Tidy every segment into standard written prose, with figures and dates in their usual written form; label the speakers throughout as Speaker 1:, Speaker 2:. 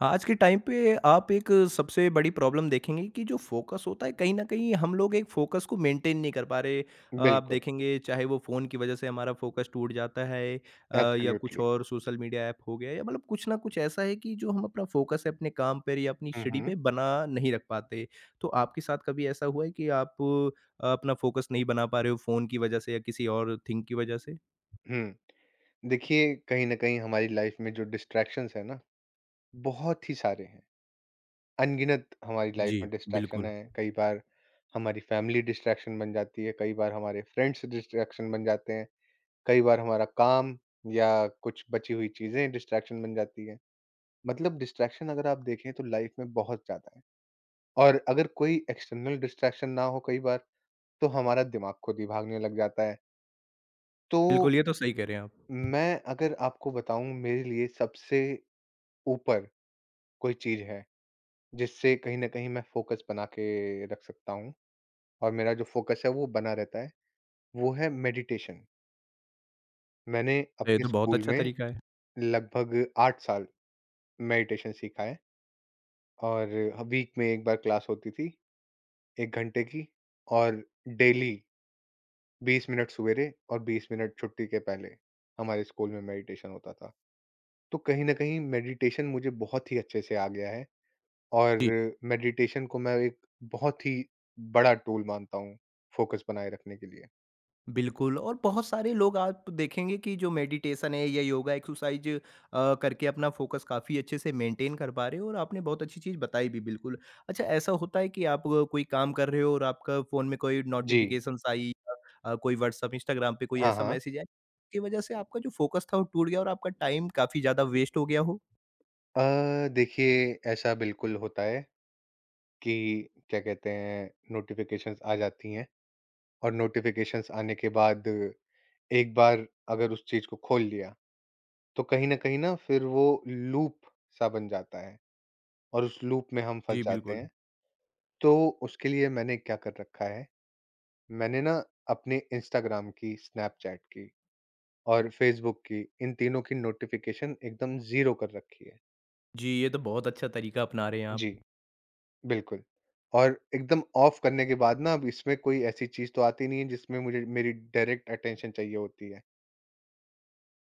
Speaker 1: हाँ, आज के टाइम पे आप एक सबसे बड़ी प्रॉब्लम देखेंगे कि जो फोकस होता है कहीं न कहीं हम लोग एक फोकस को मेंटेन नहीं कर पा रहे। आप
Speaker 2: बिल्कुल,
Speaker 1: देखेंगे चाहे वो फ़ोन की वज़ह से हमारा फोकस टूट जाता है या कुछ
Speaker 2: एब्सोल्युटली।
Speaker 1: और सोशल मीडिया ऐप हो गया या मतलब कुछ ना कुछ ऐसा है कि जो हम अपना फोकस है अपने काम पर या अपनी
Speaker 2: हुँ,
Speaker 1: स्टडी
Speaker 2: हुँ,
Speaker 1: पे बना नहीं रख पाते। तो आपके साथ कभी ऐसा हुआ है कि आप अपना फोकस नहीं बना पा रहे हो फ़ोन की वज़ह से या किसी और थिंग की वज़ह से?
Speaker 2: हुँ। देखिए, कहीं न कहीं हमारी लाइफ़ में जो डिस्ट्रैक्शंस हैं ना, बहुत ही सारे हैं। अनगिनत हमारी लाइफ़
Speaker 1: जी,
Speaker 2: में डिस्ट्रैक्शन
Speaker 1: बिल्कुल।
Speaker 2: हैं। कई बार हमारी फैमिली डिस्ट्रैक्शन बन जाती है, कई बार हमारे फ्रेंड्स डिस्ट्रैक्शन बन जाते हैं, कई बार हमारा काम या कुछ बची हुई चीज़ें डिस्ट्रैक्शन बन जाती हैं। मतलब डिस्ट्रैक्शन अगर आप देखें तो लाइफ़ में बहुत ज़्यादा है और अगर कोई एक्सटर्नल डिस्ट्रैक्शन ना हो कई बार, तो हमारा दिमाग खुद ही भागने लग जाता है। तो
Speaker 1: बिल्कुल, ये तो सही कह रहे हैं आप।
Speaker 2: मैं अगर आपको बताऊँ मेरे लिए सबसे ऊपर कोई चीज़ है, जिससे कहीं न कहीं मैं फ़ोकस बना के रख सकता हूँ और मेरा जो फ़ोकस है वो बना रहता है, वो है मेडिटेशन। मैंने
Speaker 1: ये
Speaker 2: अपने
Speaker 1: तो बहुत
Speaker 2: स्कूल
Speaker 1: अच्छा
Speaker 2: में
Speaker 1: तरीका है।
Speaker 2: लगभग 8 साल मेडिटेशन सीखा है और वीक में 1 बार क्लास होती थी 1 घंटे की और डेली 20 मिनट सवेरे और 20 मिनट छुट्टी के पहले हमारे स्कूल में मेडिटेशन होता था। तो कहीं न कहीं मेडिटेशन मुझे बहुत ही अच्छे से आ गया है। और मेडिटेशन को मैं एक बहुत ही बड़ा टूल मानता हूँ फोकस बनाए रखने के लिए।
Speaker 1: बिल्कुल और बहुत सारे लोग आप देखेंगे कि जो मेडिटेशन है या योगा एक्सरसाइज करके अपना फोकस काफ़ी अच्छे से मेंटेन कर पा रहे हो और आपने बहुत अच्छी चीज़ बताई भी बिल्कुल। अच्छा ऐसा होता है कि आप कोई काम कर रहे हो और आपका फ़ोन में कोई
Speaker 2: जी।
Speaker 1: नोटिफ़िकेशंस आई या कोई व्हाट्सएप, इंस्टाग्राम पे कोई
Speaker 2: हाँ,
Speaker 1: ऐसा
Speaker 2: हाँ।
Speaker 1: मैसेज आया, की वजह से आपका जो फोकस था वो टूट गया और आपका टाइम काफ़ी ज़्यादा वेस्ट हो गया हो?
Speaker 2: देखिए ऐसा बिल्कुल होता है कि क्या कहते हैं नोटिफ़िकेशंस आ जाती हैं और नोटिफ़िकेशंस आने के बाद एक बार अगर उस चीज़ को खोल लिया तो कहीं न कहीं ना फिर वो लूप सा बन जाता है और उस लूप में हम फँस
Speaker 1: जी,
Speaker 2: जाते
Speaker 1: बिल्कुल।
Speaker 2: हैं। तो उसके लिए मैंने क्या कर रखा है, मैंने ना अपने इंस्टाग्राम की, स्नैपचैट की और फ़ेसबुक की, इन तीनों की नोटिफ़िकेशन एकदम ज़ीरो कर रखी है।
Speaker 1: जी, ये तो बहुत अच्छा तरीका अपना रहे हैं
Speaker 2: जी।
Speaker 1: आप।
Speaker 2: बिल्कुल। और एकदम ऑफ करने के बाद ना अब इसमें कोई ऐसी चीज़ तो आती नहीं है जिसमें मुझे मेरी डायरेक्ट अटेंशन चाहिए होती है।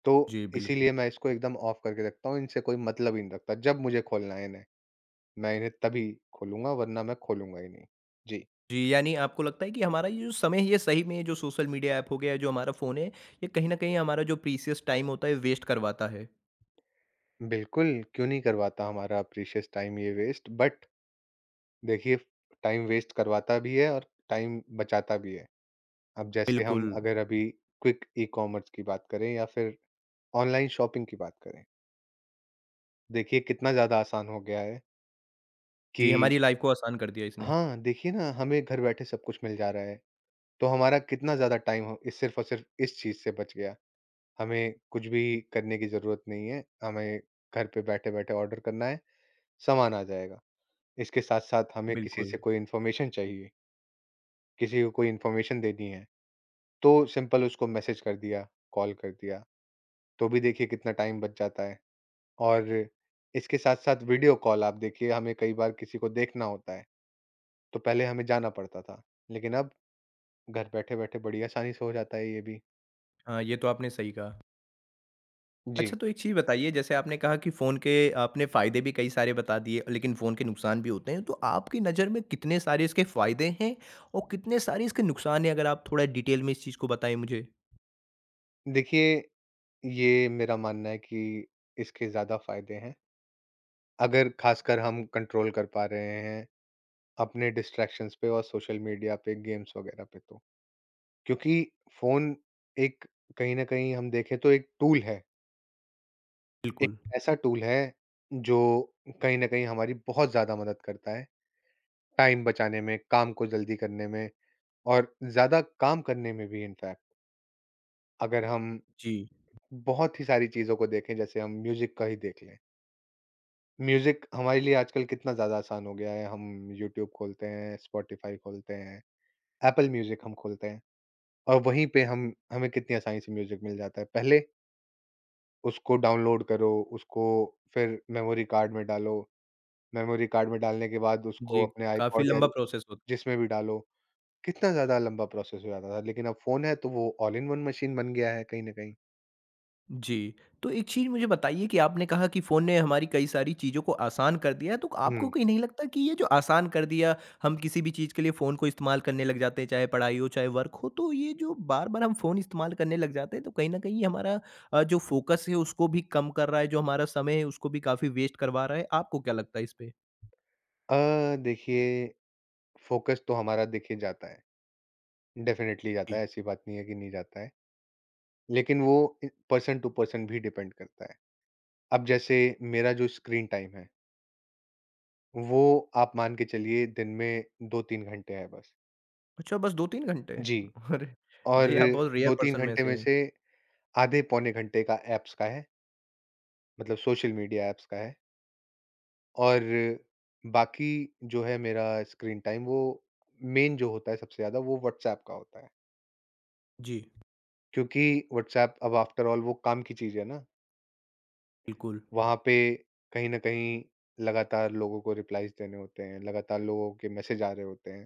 Speaker 2: तो
Speaker 1: जी, बिल्कुल।
Speaker 2: इसीलिए मैं इसको एकदम ऑफ करके रखता हूँ, इनसे कोई मतलब ही नहीं रखता। जब मुझे खोलना है इन्हें, मैं इन्हें तभी खोलूँगा वरना मैं खोलूँगा ही नहीं। जी।
Speaker 1: जी, यानी आपको लगता है कि हमारा ये जो समय है ये सही में ये जो सोशल मीडिया ऐप हो गया, है, जो हमारा फ़ोन है, ये कहीं न कहीं हमारा जो प्रीशियस टाइम होता है वेस्ट करवाता है।
Speaker 2: बिल्कुल, क्यों नहीं करवाता हमारा प्रीशियस टाइम ये वेस्ट बट देखिए टाइम वेस्ट करवाता भी है और टाइम बचाता भी है। अब जैसे हम
Speaker 1: बिल्कुल।
Speaker 2: अगर अभी क्विक ई-कॉमर्स की बात करें या फिर ऑनलाइन शॉपिंग की बात करें, देखिए कितना ज़्यादा आसान हो गया है
Speaker 1: जी,
Speaker 2: कि
Speaker 1: हमारी लाइफ़ को आसान कर दिया इसने।
Speaker 2: हाँ, देखिए ना हमें घर बैठे सब कुछ मिल जा रहा है, तो हमारा कितना ज़्यादा टाइम हो इस सिर्फ़ और सिर्फ़ इस चीज़ से बच गया। हमें कुछ भी करने की ज़रूरत नहीं है, हमें घर पे बैठे-बैठे ऑर्डर करना है, सामान आ जाएगा। इसके साथ-साथ हमें किसी
Speaker 1: बिल्कुल।
Speaker 2: से कोई इन्फॉर्मेशन चाहिए, किसी को कोई इन्फॉर्मेशन देनी है, तो सिंपल उसको मैसेज कर दिया, कॉल कर दिया, तो भी देखिए कितना टाइम बच जाता है। और इसके साथ-साथ वीडियो कॉल आप देखिए हमें कई बार किसी को देखना होता है, तो पहले हमें जाना पड़ता था, लेकिन अब घर बैठे-बैठे बड़ी आसानी से हो जाता है ये भी।
Speaker 1: हाँ, ये तो आपने सही कहा।
Speaker 2: जी,
Speaker 1: अच्छा तो एक चीज़ बताइए जैसे आपने कहा कि फ़ोन के आपने फ़ायदे भी कई सारे बता दिए लेकिन फ़ोन के नुकसान भी होते हैं। तो आपकी नज़र में कितने सारे इसके फ़ायदे हैं और कितने सारे इसके नुकसान हैं? अगर आप थोड़ा डिटेल में इस चीज़ को बताएँ मुझे।
Speaker 2: देखिए ये मेरा मानना है कि इसके ज़्यादा फ़ायदे हैं, अगर ख़ासकर हम कंट्रोल कर पा रहे हैं अपने डिस्ट्रैक्शंस पे और सोशल मीडिया पे, गेम्स वगैरह पे तो। क्योंकि फ़ोन एक कहीं न कहीं हम देखें तो एक टूल है, एक
Speaker 1: बिल्कुल।
Speaker 2: ऐसा टूल है जो कहीं न कहीं हमारी बहुत ज़्यादा मदद करता है। टाइम बचाने में, काम को जल्दी करने में और ज़्यादा काम करने में भी इनफैक्ट अगर हम
Speaker 1: जी।
Speaker 2: बहुत ही सारी चीज़ों को देखें जैसे हम म्यूज़िक का ही देख लें। म्यूज़िक हमारे लिए आजकल कितना ज़्यादा आसान हो गया है, हम यूट्यूब खोलते हैं, स्पॉटिफ़ाई खोलते हैं, एप्पल म्यूज़िक हम खोलते हैं और वहीं पे हम हमें कितनी आसानी से म्यूज़िक मिल जाता है। पहले उसको डाउनलोड करो, उसको फिर मेमोरी कार्ड में डालो, मेमोरी कार्ड में डालने के बाद उसको
Speaker 1: जी,
Speaker 2: अपने
Speaker 1: काफ़ी
Speaker 2: आइपॉड या
Speaker 1: लंबा प्रोसेस होता है।
Speaker 2: जिसमें भी डालो। कितना ज़्यादा लंबा प्रोसेस हो जाता था, लेकिन अब फ़ोन है तो वो ऑल इन वन मशीन बन गया है कहीं न कहीं।
Speaker 1: जी, तो एक चीज़ मुझे बताइए कि आपने कहा कि फ़ोन ने हमारी कई सारी चीज़ों को आसान कर दिया है, तो आपको
Speaker 2: हुँ।
Speaker 1: कहीं नहीं लगता कि ये जो आसान कर दिया, हम किसी भी चीज़ के लिए फ़ोन को इस्तेमाल करने लग जाते हैं, चाहे पढ़ाई हो, चाहे वर्क हो, तो ये जो बार-बार हम फ़ोन इस्तेमाल करने लग जाते हैं, तो कहीं न कहीं ये हमारा जो फ़ोकस है, उसको भी कम कर रहा है, जो हमारा समय है, उसको भी काफ़ी वेस्ट करवा रहा है। आपको क्या लगता है इस पे?
Speaker 2: देखिए फ़ोकस तो हमारा देखिए जाता है, डेफ़िनिटली जाता
Speaker 1: जी।
Speaker 2: है, ऐसी बात नहीं है कि नहीं जाता है। लेकिन वो इ पर्सन टू पर्सन भी डिपेंड करता है। अब जैसे मेरा जो स्क्रीन टाइम है, वो आप मान के चलिए दिन में 2-3 घंटे है बस।
Speaker 1: अच्छा, बस 2-3 घंटे?
Speaker 2: जी,
Speaker 1: अरे!
Speaker 2: और
Speaker 1: जी, आप बहुत रेयर
Speaker 2: 2-3
Speaker 1: पर्सन में
Speaker 2: घंटे
Speaker 1: से
Speaker 2: में
Speaker 1: हैं।
Speaker 2: से आधे पौने घंटे का ऐप्स का है, मतलब सोशल मीडिया ऐप्स का है। और बाकी जो है मेरा स्क्रीन टाइम वो मेन जो होता है सबसे ज़्यादा वो व्हाट्सएप का होता है।
Speaker 1: जी,
Speaker 2: क्योंकि व्हाट्सएप अब आफ्टर ऑल वो काम की चीज़ है ना,
Speaker 1: बिल्कुल,
Speaker 2: वहाँ पे कहीं न कहीं लगातार लोगों को रिप्लाइज़ देने होते हैं, लगातार लोगों के मैसेज आ रहे होते हैं,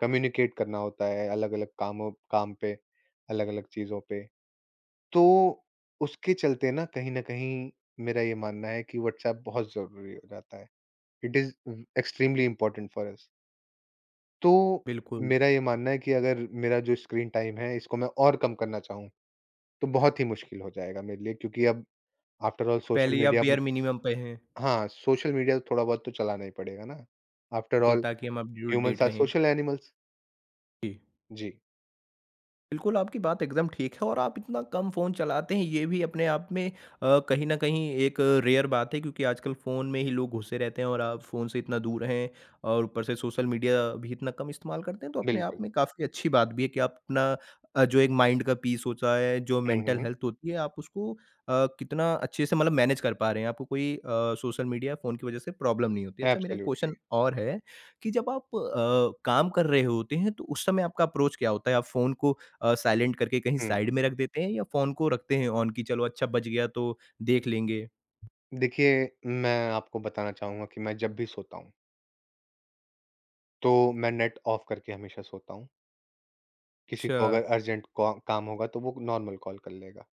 Speaker 2: कम्युनिकेट करना होता है अलग-अलग काम पे, अलग-अलग चीज़ों पे। तो उसके चलते ना कहीं न कहीं मेरा ये मानना है कि व्हाट्सएप बहुत ज़रूरी हो जाता है। It is extremely important for us. तो
Speaker 1: बिल्कुल।
Speaker 2: मेरा ये मानना है कि अगर मेरा जो स्क्रीन टाइम है, इसको मैं और कम करना चाहूँ, तो बहुत ही मुश्किल हो जाएगा मेरे लिए क्योंकि अब आफ्टर ऑल सोशल
Speaker 1: पहले ही आप
Speaker 2: मीडिया ब
Speaker 1: बेयर मिनिमम पे हैं।
Speaker 2: हाँ, सोशल मीडिया तो थोड़ा बहुत तो चलाना ही पड़ेगा ना। आफ्टर
Speaker 1: बिल्कुल,
Speaker 2: ऑल
Speaker 1: ताकि हम
Speaker 2: ह्यूमन्स
Speaker 1: अपटूडेट
Speaker 2: आर
Speaker 1: रहें।
Speaker 2: Social animals.
Speaker 1: जी।
Speaker 2: जी,
Speaker 1: बिल्कुल, आपकी बात एकदम ठीक है और आप इतना कम फ़ोन चलाते हैं ये भी अपने आप में कहीं न कहीं एक रेयर बात है क्योंकि आजकल फ़ोन में ही लोग घुसे रहते हैं और आप फ़ोन से इतना दूर हैं और ऊपर से सोशल मीडिया भी इतना कम इस्तेमाल करते हैं, तो अपने आप
Speaker 2: बिल्कुल।
Speaker 1: में काफ़ी अच्छी बात भी है कि आप अपना जो एक माइंड का पीस होता है, जो
Speaker 2: हुँ,
Speaker 1: मेंटल
Speaker 2: हुँ।
Speaker 1: हेल्थ होती है, आप उसको कितना अच्छे से मतलब मैनेज कर पा रहे हैं। आपको कोई सोशल मीडिया, फ़ोन की वज़ह से प्रॉब्लम नहीं होती। अच्छा मेरा एक क्वेश्चन
Speaker 2: एब्सोल्युटली।
Speaker 1: और है कि जब आप काम कर रहे होते हैं, तो उस समय आपका अप्रोच क्या होता है? आप फ़ोन को साइलेंट करके कहीं
Speaker 2: हुँ।
Speaker 1: साइड में रख देते हैं या फ़ोन को रखते हैं ऑन कि चलो अच्छा बज गया तो देख लेंगे।
Speaker 2: देखिए, मैं आपको बताना चाहूँगा कि मैं जब भी सोता हूँ, तो मैं नेट ऑफ करके हमेशा सोता हूँ। किसी
Speaker 1: अच्छा,
Speaker 2: को अगर अर्जेंट कौ काम होगा, तो वो नॉर्मल कॉल कर लेगा,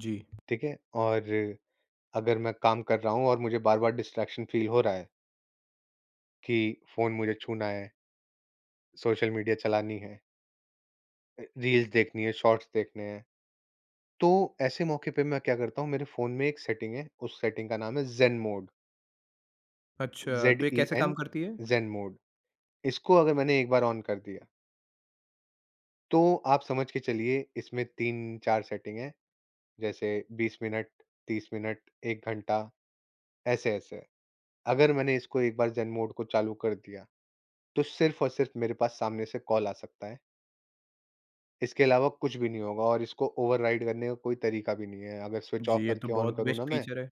Speaker 1: जी।
Speaker 2: ठीक है? और अगर मैं काम कर रहा हूँ और मुझे बार-बार डिस्ट्रैक्शन फ़ील हो रहा है कि फ़ोन मुझे छूना है, सोशल मीडिया चलानी है, रील्स देखनी है, शॉर्ट्स देखने हैं, तो ऐसे मौके पे मैं क्या करता हूँ मेरे फ़ोन में एक सेटिंग है, उस सेटिंग का नाम है ज़ेन मोड,
Speaker 1: अच्छा, तो ये कैसे
Speaker 2: ज़ेड-ई-एन,
Speaker 1: काम करती है?
Speaker 2: Zen mode. इसको अगर मैंने एक बार ऑन कर दिया, तो आप समझ के चलिए इसमें 3-4 सेटिंग हैं, जैसे 20 मिनट, 30 मिनट, 1 घंटा, ऐसे-ऐसे। अगर मैंने इसको एक बार ज़ेन मोड को चालू कर दिया तो सिर्फ़ और सिर्फ़ मेरे पास सामने से कॉल आ सकता है। इसके अलावा कुछ भी नहीं होगा और इसको ओवरराइड करने का कोई तरीका भी नहीं है। अगर स्विच ऑफ
Speaker 1: जी, ये तो
Speaker 2: करके ऑन
Speaker 1: बहुत
Speaker 2: करूँ
Speaker 1: बेस्ट
Speaker 2: ना मैं,
Speaker 1: फीचर है।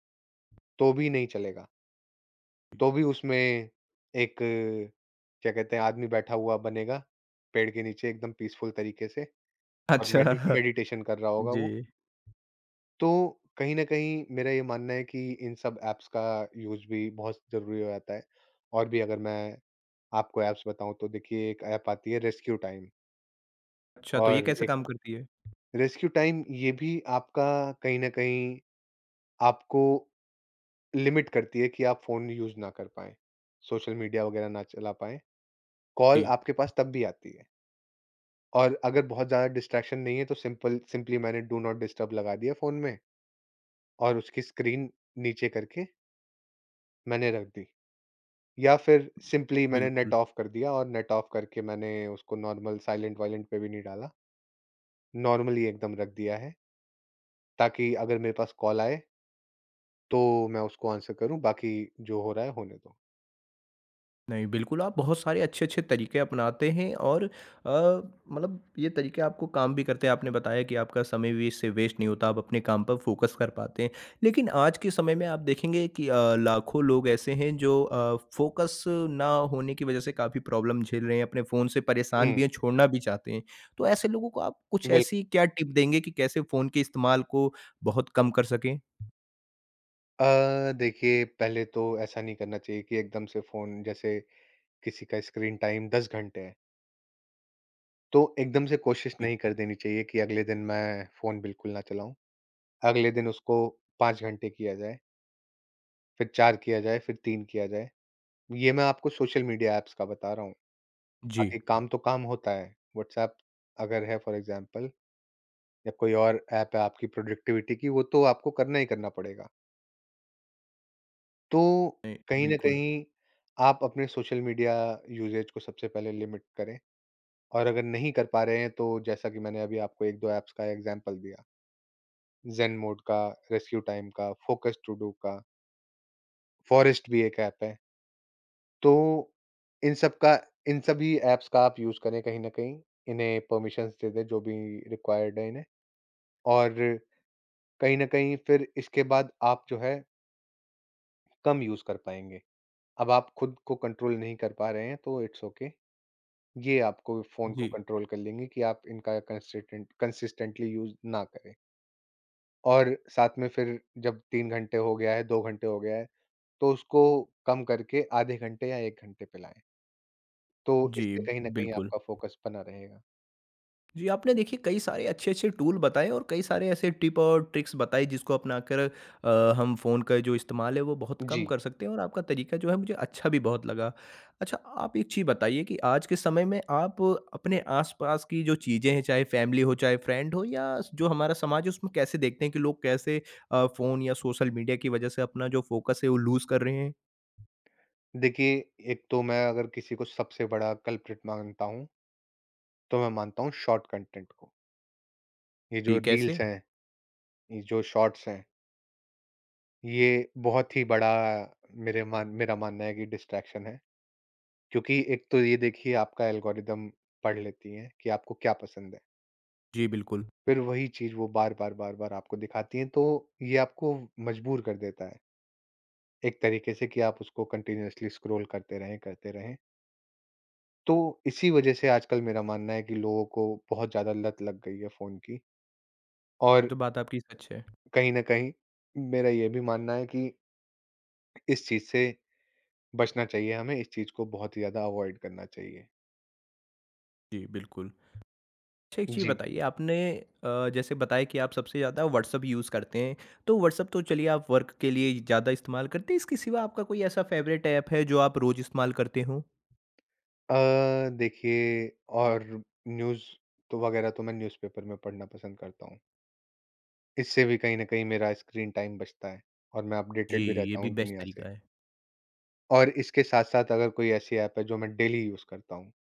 Speaker 2: तो भी नहीं चलेगा। तो भी उसमें एक क्या कहते हैं आदमी बैठा हुआ बनेगा, पेड़ के नीचे एकदम पीसफुल तरीके से और
Speaker 1: अच्छा,
Speaker 2: मेडिटेशन कर रहा होगा
Speaker 1: जी।
Speaker 2: वो। तो कहीं न कहीं मेरा ये मानना है कि इन सब ऐप्स का यूज़ भी बहुत ज़रूरी हो जाता है। और भी अगर मैं आपको ऐप्स बताऊँ तो देखिए एक ऐप आती है रेस्क्यू टाइम
Speaker 1: अच्छा, तो ये
Speaker 2: और
Speaker 1: कैसे
Speaker 2: एक
Speaker 1: काम करती है?
Speaker 2: रेस्क्यू टाइम ये भी आपका कहीं न कहीं आपको लिमिट करती है कि आप फ़ोन यूज़ ना कर पाएँ, सोशल मीडिया वगैरह ना चला पाएँ।
Speaker 1: जी,
Speaker 2: कॉल आपके पास तब भी आती है और अगर बहुत ज़्यादा डिस्ट्रैक्शन नहीं है तो सिंपली मैंने डू नॉट डिस्टर्ब लगा दिया फ़ोन में और उसकी स्क्रीन नीचे करके मैंने रख दी या फिर सिंपली मैंने नेट
Speaker 1: बिल्कुल।
Speaker 2: ऑफ कर दिया और नेट ऑफ करके मैंने उसको नॉर्मल साइलेंट वाइलेंट पे भी नहीं डाला, नॉर्मली एकदम रख दिया है ताकि अगर मेरे पास कॉल आए तो मैं उसको आंसर करूँ, बाकी जो हो रहा है होने दो।
Speaker 1: नहीं, बिल्कुल आप बहुत सारे अच्छे-अच्छे तरीके अपनाते हैं और मतलब ये तरीके आपको काम भी करते हैं। आपने बताया कि आपका समय भी इससे वेस्ट नहीं होता, आप अपने काम पर फ़ोकस कर पाते हैं। लेकिन आज के समय में आप देखेंगे कि लाखों लोग ऐसे हैं जो फ़ोकस ना होने की वज़ह से काफ़ी प्रॉब्लम झेल रहे हैं, अपने फ़ोन से परेशान
Speaker 2: हुँ,
Speaker 1: भी हैं, छोड़ना भी चाहते हैं। तो ऐसे लोगों को आप कुछ
Speaker 2: बिल
Speaker 1: ऐसी क्या टिप देंगे कि कैसे फ़ोन के इस्तेमाल को बहुत कम कर सकें?
Speaker 2: देखिए पहले तो ऐसा नहीं करना चाहिए कि एकदम से फ़ोन जैसे किसी का स्क्रीन टाइम 10 घंटे है, तो एकदम से कोशिश
Speaker 1: जी,
Speaker 2: नहीं कर देनी चाहिए कि अगले दिन मैं फ़ोन बिल्कुल ना चलाऊँ। अगले दिन उसको 5 घंटे किया जाए, फिर 4 किया जाए, फिर 3 किया जाए। ये मैं आपको सोशल मीडिया ऐप्स का बता रहा हूँ,
Speaker 1: जी,
Speaker 2: बाकी काम तो काम होता है। व्हाट्सऐप अगर है फॉर एग्ज़ाम्पल या कोई और ऐप है आपकी प्रोडक्टिविटी की, वो तो आपको करना ही करना पड़ेगा। तो
Speaker 1: नहीं,
Speaker 2: कहीं न
Speaker 1: बिल्कुल।
Speaker 2: कहीं आप अपने सोशल मीडिया यूसेज को सबसे पहले लिमिट करें और अगर नहीं कर पा रहे हैं तो जैसा कि मैंने अभी आपको 1-2 ऐप्स का एग्ज़ाम्पल दिया, ज़ेन मोड का, रेस्क्यू टाइम का, फोकस टू डू का, फॉरेस्ट भी एक ऐप है। तो इन सब का इन सभी ऐप्स का आप यूज़ करें कहीं न कहीं, इन्हें परमिशंस दे दें जो भी रिक्वायर्ड है इन्हें और कहीं न कहीं फिर इसके बाद आप जो है कम यूज़ कर पाएँगे। अब आप खुद को कंट्रोल नहीं कर पा रहे हैं तो इट्स ओके। ये आपको फ़ोन को
Speaker 1: जी,
Speaker 2: कंट्रोल कर लेंगे कि आप इनका कंसिस्टेंटली यूज़ ना करें। और साथ में फिर जब 3 घंटे हो गया है, 2 घंटे हो गया है, तो उसको कम करके आधे घंटे या 1 घंटे पे लाएँ। तो
Speaker 1: जी,
Speaker 2: इससे कहीं न कहीं
Speaker 1: बिल्कुल।
Speaker 2: आपका फ़ोकस बना रहेगा।
Speaker 1: जी, आपने देखिए कई सारे अच्छे-अच्छे टूल बताए और कई सारे ऐसे टिप और ट्रिक्स बताई जिसको अपनाकर हम फ़ोन का जो इस्तेमाल है वो बहुत कम
Speaker 2: जी,
Speaker 1: कर सकते हैं और आपका तरीका जो है मुझे अच्छा भी बहुत लगा। अच्छा आप एक चीज़ बताइए कि आज के समय में आप अपने आस-पास की जो चीज़ें हैं चाहे फैमिली हो, चाहे फ्रेंड हो या जो हमारा समाज है उसमें कैसे देखते हैं कि लोग कैसे फ़ोन या सोशल मीडिया की वजह से अपना जो फ़ोकस है वो लूज़ कर रहे हैं?
Speaker 2: देखिए एक तो मैं अगर किसी को सबसे बड़ा कल्प्रिट मानता हूँ, तो मैं मानता हूँ शॉर्ट कंटेंट को। ये जो
Speaker 1: जी,
Speaker 2: रील्स
Speaker 1: कैसे?
Speaker 2: हैं, ये जो शॉर्ट्स हैं, ये बहुत ही बड़ा मेरे मान मेरा मानना है कि डिस्ट्रैक्शन है। क्योंकि एक तो ये देखिए आपका एल्गोरिदम पढ़ लेती हैं कि आपको क्या पसंद है।
Speaker 1: जी, बिल्कुल।
Speaker 2: फिर वही चीज़ वो बार-बार, बार-बार आपको दिखाती हैं, तो ये आपको मजबूर कर देता है, एक तरीके से कि आप उसको कंटीन्यूअसली स्क्रॉल करते रहें, करते रहें। तो इसी वजह से आजकल मेरा मानना है कि लोगों को बहुत ज़्यादा लत लग गई है फ़ोन की और
Speaker 1: तो बात आपकी सच है।
Speaker 2: कहीं न कहीं मेरा ये भी मानना है कि इस चीज़ से बचना चाहिए हमें, इस चीज़ को बहुत ही ज़्यादा अवॉइड करना चाहिए।
Speaker 1: जी, बिल्कुल। अच्छा एक चीज़
Speaker 2: जी।
Speaker 1: बताइए आपने जैसे बताया कि आप सबसे ज़्यादा व्हाट्सअप यूज़ करते हैं तो व्हाट्सअप तो चलिए आप वर्क के लिए ज़्यादा इस्तेमाल करते हैं इसके सिवा आपका कोई ऐसा फेवरेट ऐप है जो आप रोज़ इस्तेमाल करते हो।
Speaker 2: देखिए और न्यूज़ तो वगैरह तो मैं न्यूज़पेपर में पढ़ना पसंद करता हूँ। इससे भी कहीं न कहीं मेरा स्क्रीन टाइम बचता है और मैं
Speaker 1: जी,
Speaker 2: अपडेटेड भी
Speaker 1: ये
Speaker 2: रहता
Speaker 1: भी
Speaker 2: हूँ
Speaker 1: बेस्ट
Speaker 2: दुनिया से।
Speaker 1: तरीका है।
Speaker 2: और इसके साथ-साथ अगर कोई ऐसी ऐप है जो मैं डेली यूज़ करता हूँ।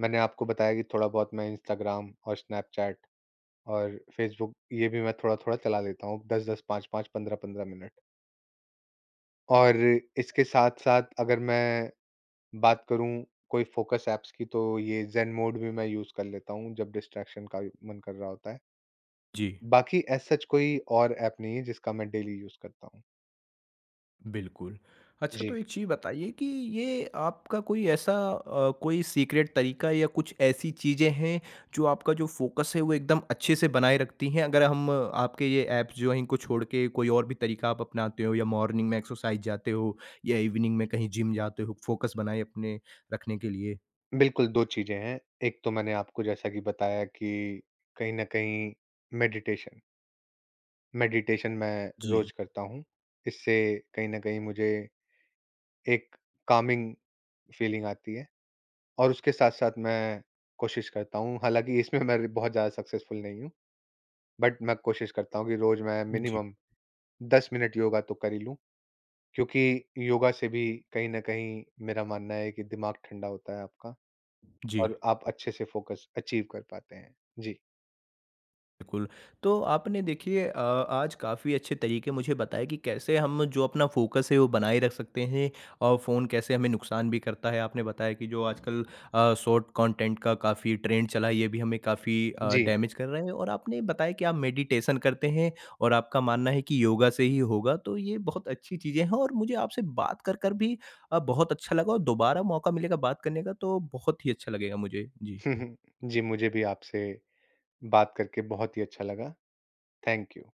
Speaker 2: मैंने आपको बताया कि थोड़ा-बहुत मैं इंस्टाग्राम और स्नैपचैट और फ़ेसबुक ये भी मैं थोड़ा-थोड़ा चला लेता हूँ 10-10, 5-5, 15-15 मिनट। और इसके साथ-साथ अगर मैं बात करूँ कोई फ़ोकस ऐप्स की तो ये ज़ेन मोड भी मैं यूज़ कर लेता हूँ जब डिस्ट्रैक्शन का मन कर रहा होता है।
Speaker 1: जी।
Speaker 2: बाकी एज़ सच कोई और ऐप नहीं है जिसका मैं डेली यूज़ करता हूँ।
Speaker 1: बिल्कुल। अच्छा तो
Speaker 2: जी,
Speaker 1: एक चीज़ बताइए कि ये आपका कोई ऐसा कोई सीक्रेट तरीका या कुछ ऐसी चीज़ें हैं जो आपका जो फ़ोकस है वो एकदम अच्छे से बनाए रखती हैं? अगर हम आपके ये ऐप्स जो हैं इनको छोड़ के कोई और भी तरीका आप अपनाते हो या मॉर्निंग में एक्सरसाइज़ जाते हो या इवनिंग में कहीं जिम जाते हो फ़ोकस बनाए अपने रखने के लिए?
Speaker 2: बिल्कुल 2 चीज़ें हैं। एक तो मैंने आपको जैसा कि बताया कि कहीं न कहीं मेडिटेशन, मेडिटेशन मैं
Speaker 1: जी।
Speaker 2: रोज़ करता हूँ। इससे कहीं न कहीं मुझे एक कामिंग फीलिंग आती है और उसके साथ-साथ मैं कोशिश करता हूँ हालाँकि इसमें मैं बहुत ज़्यादा सक्सेसफुल नहीं हूँ। बट मैं कोशिश करता हूँ कि रोज मैं
Speaker 1: जी।
Speaker 2: मिनिमम 10 मिनट योगा तो कर ही लूँ, क्योंकि योगा से भी कहीं न कहीं मेरा मानना है कि दिमाग ठंडा होता है आपका
Speaker 1: जी।
Speaker 2: और आप अच्छे से फ़ोकस अचीव कर पाते हैं। जी।
Speaker 1: बिल्कुल। तो आपने देखिए आज काफ़ी अच्छे तरीके मुझे बताए कि कैसे हम जो अपना फ़ोकस है वो बनाए रख सकते हैं और फ़ोन कैसे हमें नुकसान भी करता है। आपने बताया कि जो आजकल शॉर्ट कंटेंट का काफ़ी ट्रेंड चला है ये भी हमें काफ़ी
Speaker 2: जी।
Speaker 1: डैमेज कर रहा है और आपने बताया कि आप मेडिटेशन करते हैं और आपका मानना है कि योगा से ही होगा। तो ये बहुत अच्छी चीज़ें हैं और मुझे आपसे बात कर कर भी बहुत अच्छा लगा और दोबारा मौका मिलेगा बात करने का तो बहुत ही अच्छा लगेगा मुझे। जी।
Speaker 2: जी, मुझे भी आपसे बात करके बहुत ही अच्छा लगा। Thank you.